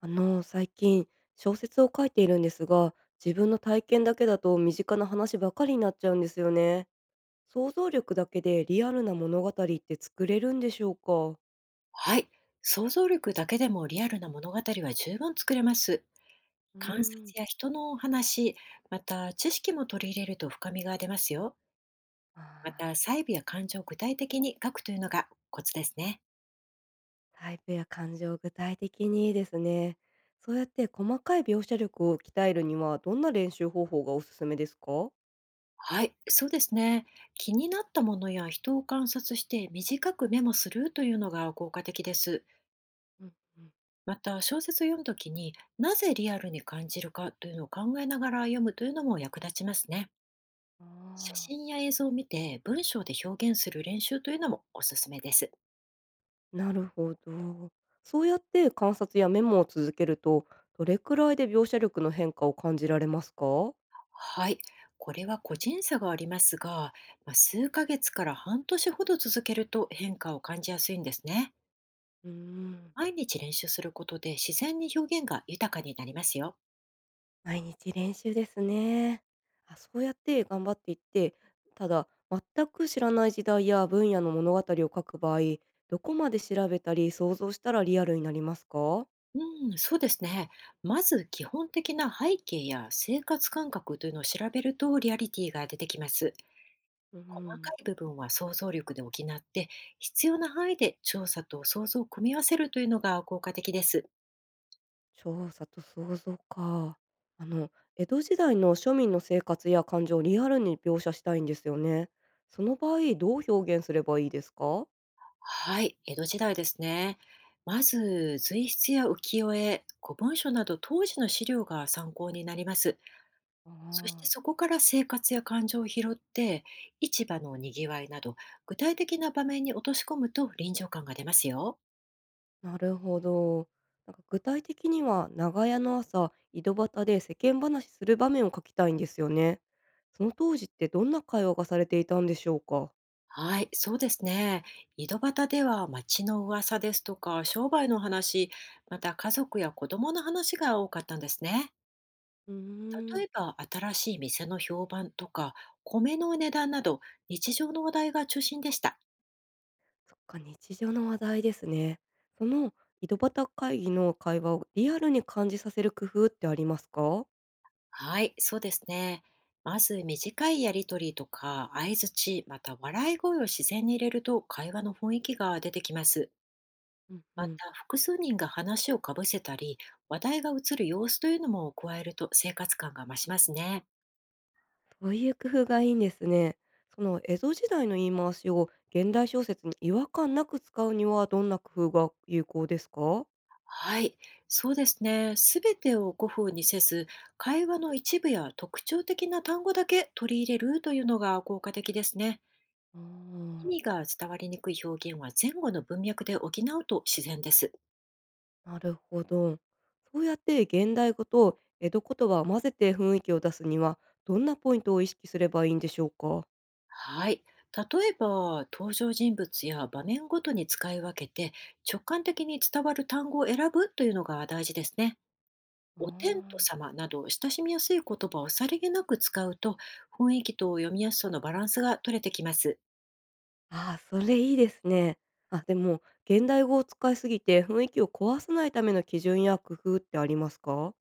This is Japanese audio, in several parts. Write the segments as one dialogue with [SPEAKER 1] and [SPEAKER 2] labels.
[SPEAKER 1] 最近小説を書いているんですが、自分の体験だけだと身近な話ばかりになっちゃうんですよね。想像力だけでリアルな物語って作れるんでしょうか？
[SPEAKER 2] はい。想像力だけでもリアルな物語は十分作れます。
[SPEAKER 1] う
[SPEAKER 2] 観察
[SPEAKER 1] ーん。
[SPEAKER 2] や人のお話、また知識も取り入れると深みが出ますよ。
[SPEAKER 1] あ
[SPEAKER 2] また
[SPEAKER 1] ー、
[SPEAKER 2] 細部や感情を具体的に書くというのがコツですね。
[SPEAKER 1] タイプや感情を具体的にですね。そうやって細かい描写力を鍛えるにはどんな練習方法がおすすめですか？
[SPEAKER 2] はい、そうですね。気になったものや人を観察して短くメモするというのが効果的です。
[SPEAKER 1] うんうん。
[SPEAKER 2] また小説を読むときになぜリアルに感じるかというのを考えながら読むというのも役立ちますね。
[SPEAKER 1] あ
[SPEAKER 2] 写
[SPEAKER 1] あ。
[SPEAKER 2] 真や映像を見て文章で表現する練習というのもおすすめです。
[SPEAKER 1] なるほど。そうやって観察やメモを続けると、どれくらいで描写力の変化を感じられますか？
[SPEAKER 2] はい。これは個人差がありますが、まあ、数ヶ月から半年ほど続けると変化を感じやすいんですね。
[SPEAKER 1] うーん、
[SPEAKER 2] 毎日練習することで自然に表現が豊かになりますよ。
[SPEAKER 1] 毎日練習ですね。あ、そうやって頑張っていって、ただ全く知らない時代や分野の物語を書く場合、どこまで調べたり想像したらリアルになりますか？
[SPEAKER 2] うん、そうですね。まず基本的な背景や生活感覚というのを調べるとリアリティが出てきます。
[SPEAKER 1] うー
[SPEAKER 2] 細か
[SPEAKER 1] ん。
[SPEAKER 2] い部分は想像力で補って、必要な範囲で調査と想像を組み合わせるというのが効果的です。
[SPEAKER 1] 調査と想像か。あの、江戸時代の庶民の生活や感情をリアルに描写したいんですよね。その場合、どう表現すればいいですか？
[SPEAKER 2] はい、江戸時代ですね。まず、随筆や浮世絵、古文書など当時の資料が参考になります。
[SPEAKER 1] あ
[SPEAKER 2] そして
[SPEAKER 1] あ、
[SPEAKER 2] そこから生活や感情を拾って、市場のにぎわいなど、具体的な場面に落とし込むと臨場感が出ますよ。
[SPEAKER 1] なるほど。なんか具体的には、長屋の朝、井戸端で世間話する場面を書きたいんですよね。その当時ってどんな会話がされていたんでしょうか？
[SPEAKER 2] はい、そうですね。井戸端では町の噂ですとか商売の話、また家族や子供の話が多かったんですね。
[SPEAKER 1] うーん、
[SPEAKER 2] 例えば新しい店の評判とか米の値段など日常の話題が中心でした。
[SPEAKER 1] そっか、日常の話題ですね。その井戸端会議の会話をリアルに感じさせる工夫ってありますか？
[SPEAKER 2] はい、そうですね。まず短いやりとりとか相槌、また笑い声を自然に入れると会話の雰囲気が出てきます。
[SPEAKER 1] うんう
[SPEAKER 2] ま
[SPEAKER 1] ん。
[SPEAKER 2] た、複数人が話をかぶせたり、話題が移る様子というのも加えると生活感が増しますね。
[SPEAKER 1] そういう工夫がいいんですね。その江戸時代の言い回しを現代小説に違和感なく使うにはどんな工夫が有効ですか？
[SPEAKER 2] はい、そうですね。すべてを古風にせず、会話の一部や特徴的な単語だけ取り入れるというのが効果的ですね。
[SPEAKER 1] あ
[SPEAKER 2] 意
[SPEAKER 1] ー、
[SPEAKER 2] 味が伝わりにくい表現は前後の文脈で補うと自然です。
[SPEAKER 1] なるほど。そうやって現代語と江戸言葉を混ぜて雰囲気を出すにはどんなポイントを意識すればいいんでしょうか？
[SPEAKER 2] はい。例えば、登場人物や場面ごとに使い分けて、直感的に伝わる単語を選ぶというのが大事ですね。
[SPEAKER 1] あ
[SPEAKER 2] お天道
[SPEAKER 1] ー、
[SPEAKER 2] 様など親しみやすい言葉をさりげなく使うと雰囲気と読みやすさのバランスが取れてきます。
[SPEAKER 1] ああ、それいいですね。あ、でも現代語を使いすぎて雰囲気を壊さないための基準や工夫ってありますか？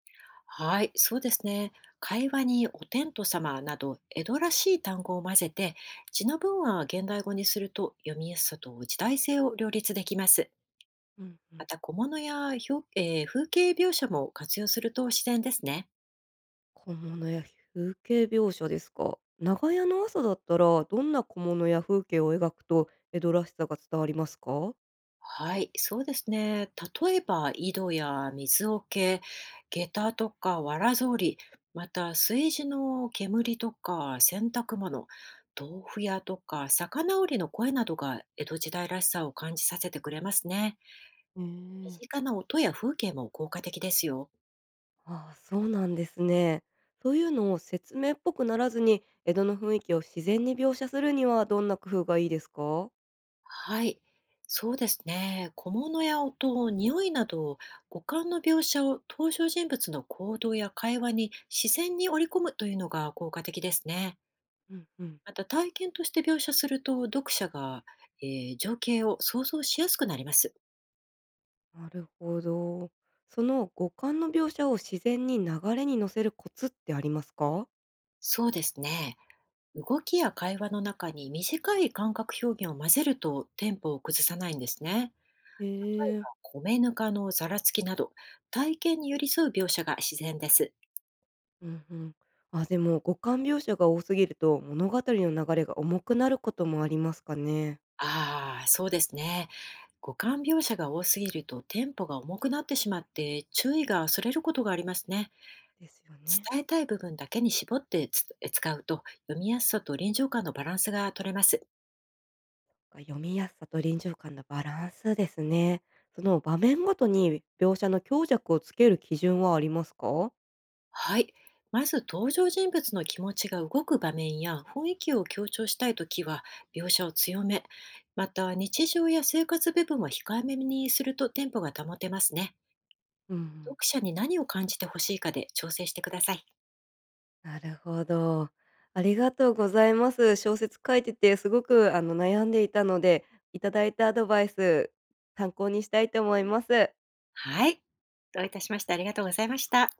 [SPEAKER 2] はい、そうですね。会話にお天道様など江戸らしい単語を混ぜて字の文は現代語にすると読みやすさと時代性を両立できます。
[SPEAKER 1] うんう
[SPEAKER 2] ま
[SPEAKER 1] ん。
[SPEAKER 2] た小物や表、風景描写も活用すると自然ですね。
[SPEAKER 1] 小物や風景描写ですか。長屋の朝だったら、どんな小物や風景を描くと、江戸らしさが伝わりますか？
[SPEAKER 2] はい、そうですね。例えば、井戸や水桶、下駄とかわら草履、また炊事の煙とか洗濯物、豆腐屋とか魚売りの声などが江戸時代らしさを感じさせてくれますね。
[SPEAKER 1] え
[SPEAKER 2] 身
[SPEAKER 1] え。
[SPEAKER 2] 近な音や風景も効果的ですよ。
[SPEAKER 1] ああ、そうなんですね。そういうのを説明っぽくならずに、江戸の雰囲気を自然に描写するにはどんな工夫がいいですか？
[SPEAKER 2] はい、そうですね。小物や音、匂いなど、五感の描写を登場人物の行動や会話に自然に織り込むというのが効果的ですね。
[SPEAKER 1] うんうん。
[SPEAKER 2] また体験として描写すると読者が、え情景を想像しやすくなります。
[SPEAKER 1] なるほど。その五感の描写を自然に流れに乗せるコツってありますか？
[SPEAKER 2] そうですね。動きや会話の中に短い感覚表現を混ぜるとテンポを崩さないんですね。
[SPEAKER 1] え
[SPEAKER 2] 例え
[SPEAKER 1] え。
[SPEAKER 2] ば、米ぬかのざらつきなど、体験に寄り添う描写が自然です。
[SPEAKER 1] うんうん。あ、でも五感描写が多すぎると物語の流れが重くなることもありますかね？
[SPEAKER 2] ああ、そうですね。五感描写が多すぎるとテンポが重くなってしまって注意がそれることがありますね。
[SPEAKER 1] ですよね。
[SPEAKER 2] 伝えたい部分だけに絞って使うと、読みやすさと臨場感のバランスが取れます。
[SPEAKER 1] が読みやすさと臨場感のバランスですね。その場面ごとに描写の強弱をつける基準はありますか？
[SPEAKER 2] はい。まず登場人物の気持ちが動く場面や雰囲気を強調したいときは描写を強め、また日常や生活部分は控えめにするとテンポが保てますね。
[SPEAKER 1] うんうん。
[SPEAKER 2] 読者に何を感じてほしいかで調整してください。
[SPEAKER 1] なるほど。ありがとうございます。小説書いてて、すごく悩んでいたので、いただいたアドバイス参考にしたいと思います。
[SPEAKER 2] はい。どういたしましてありがとうございました。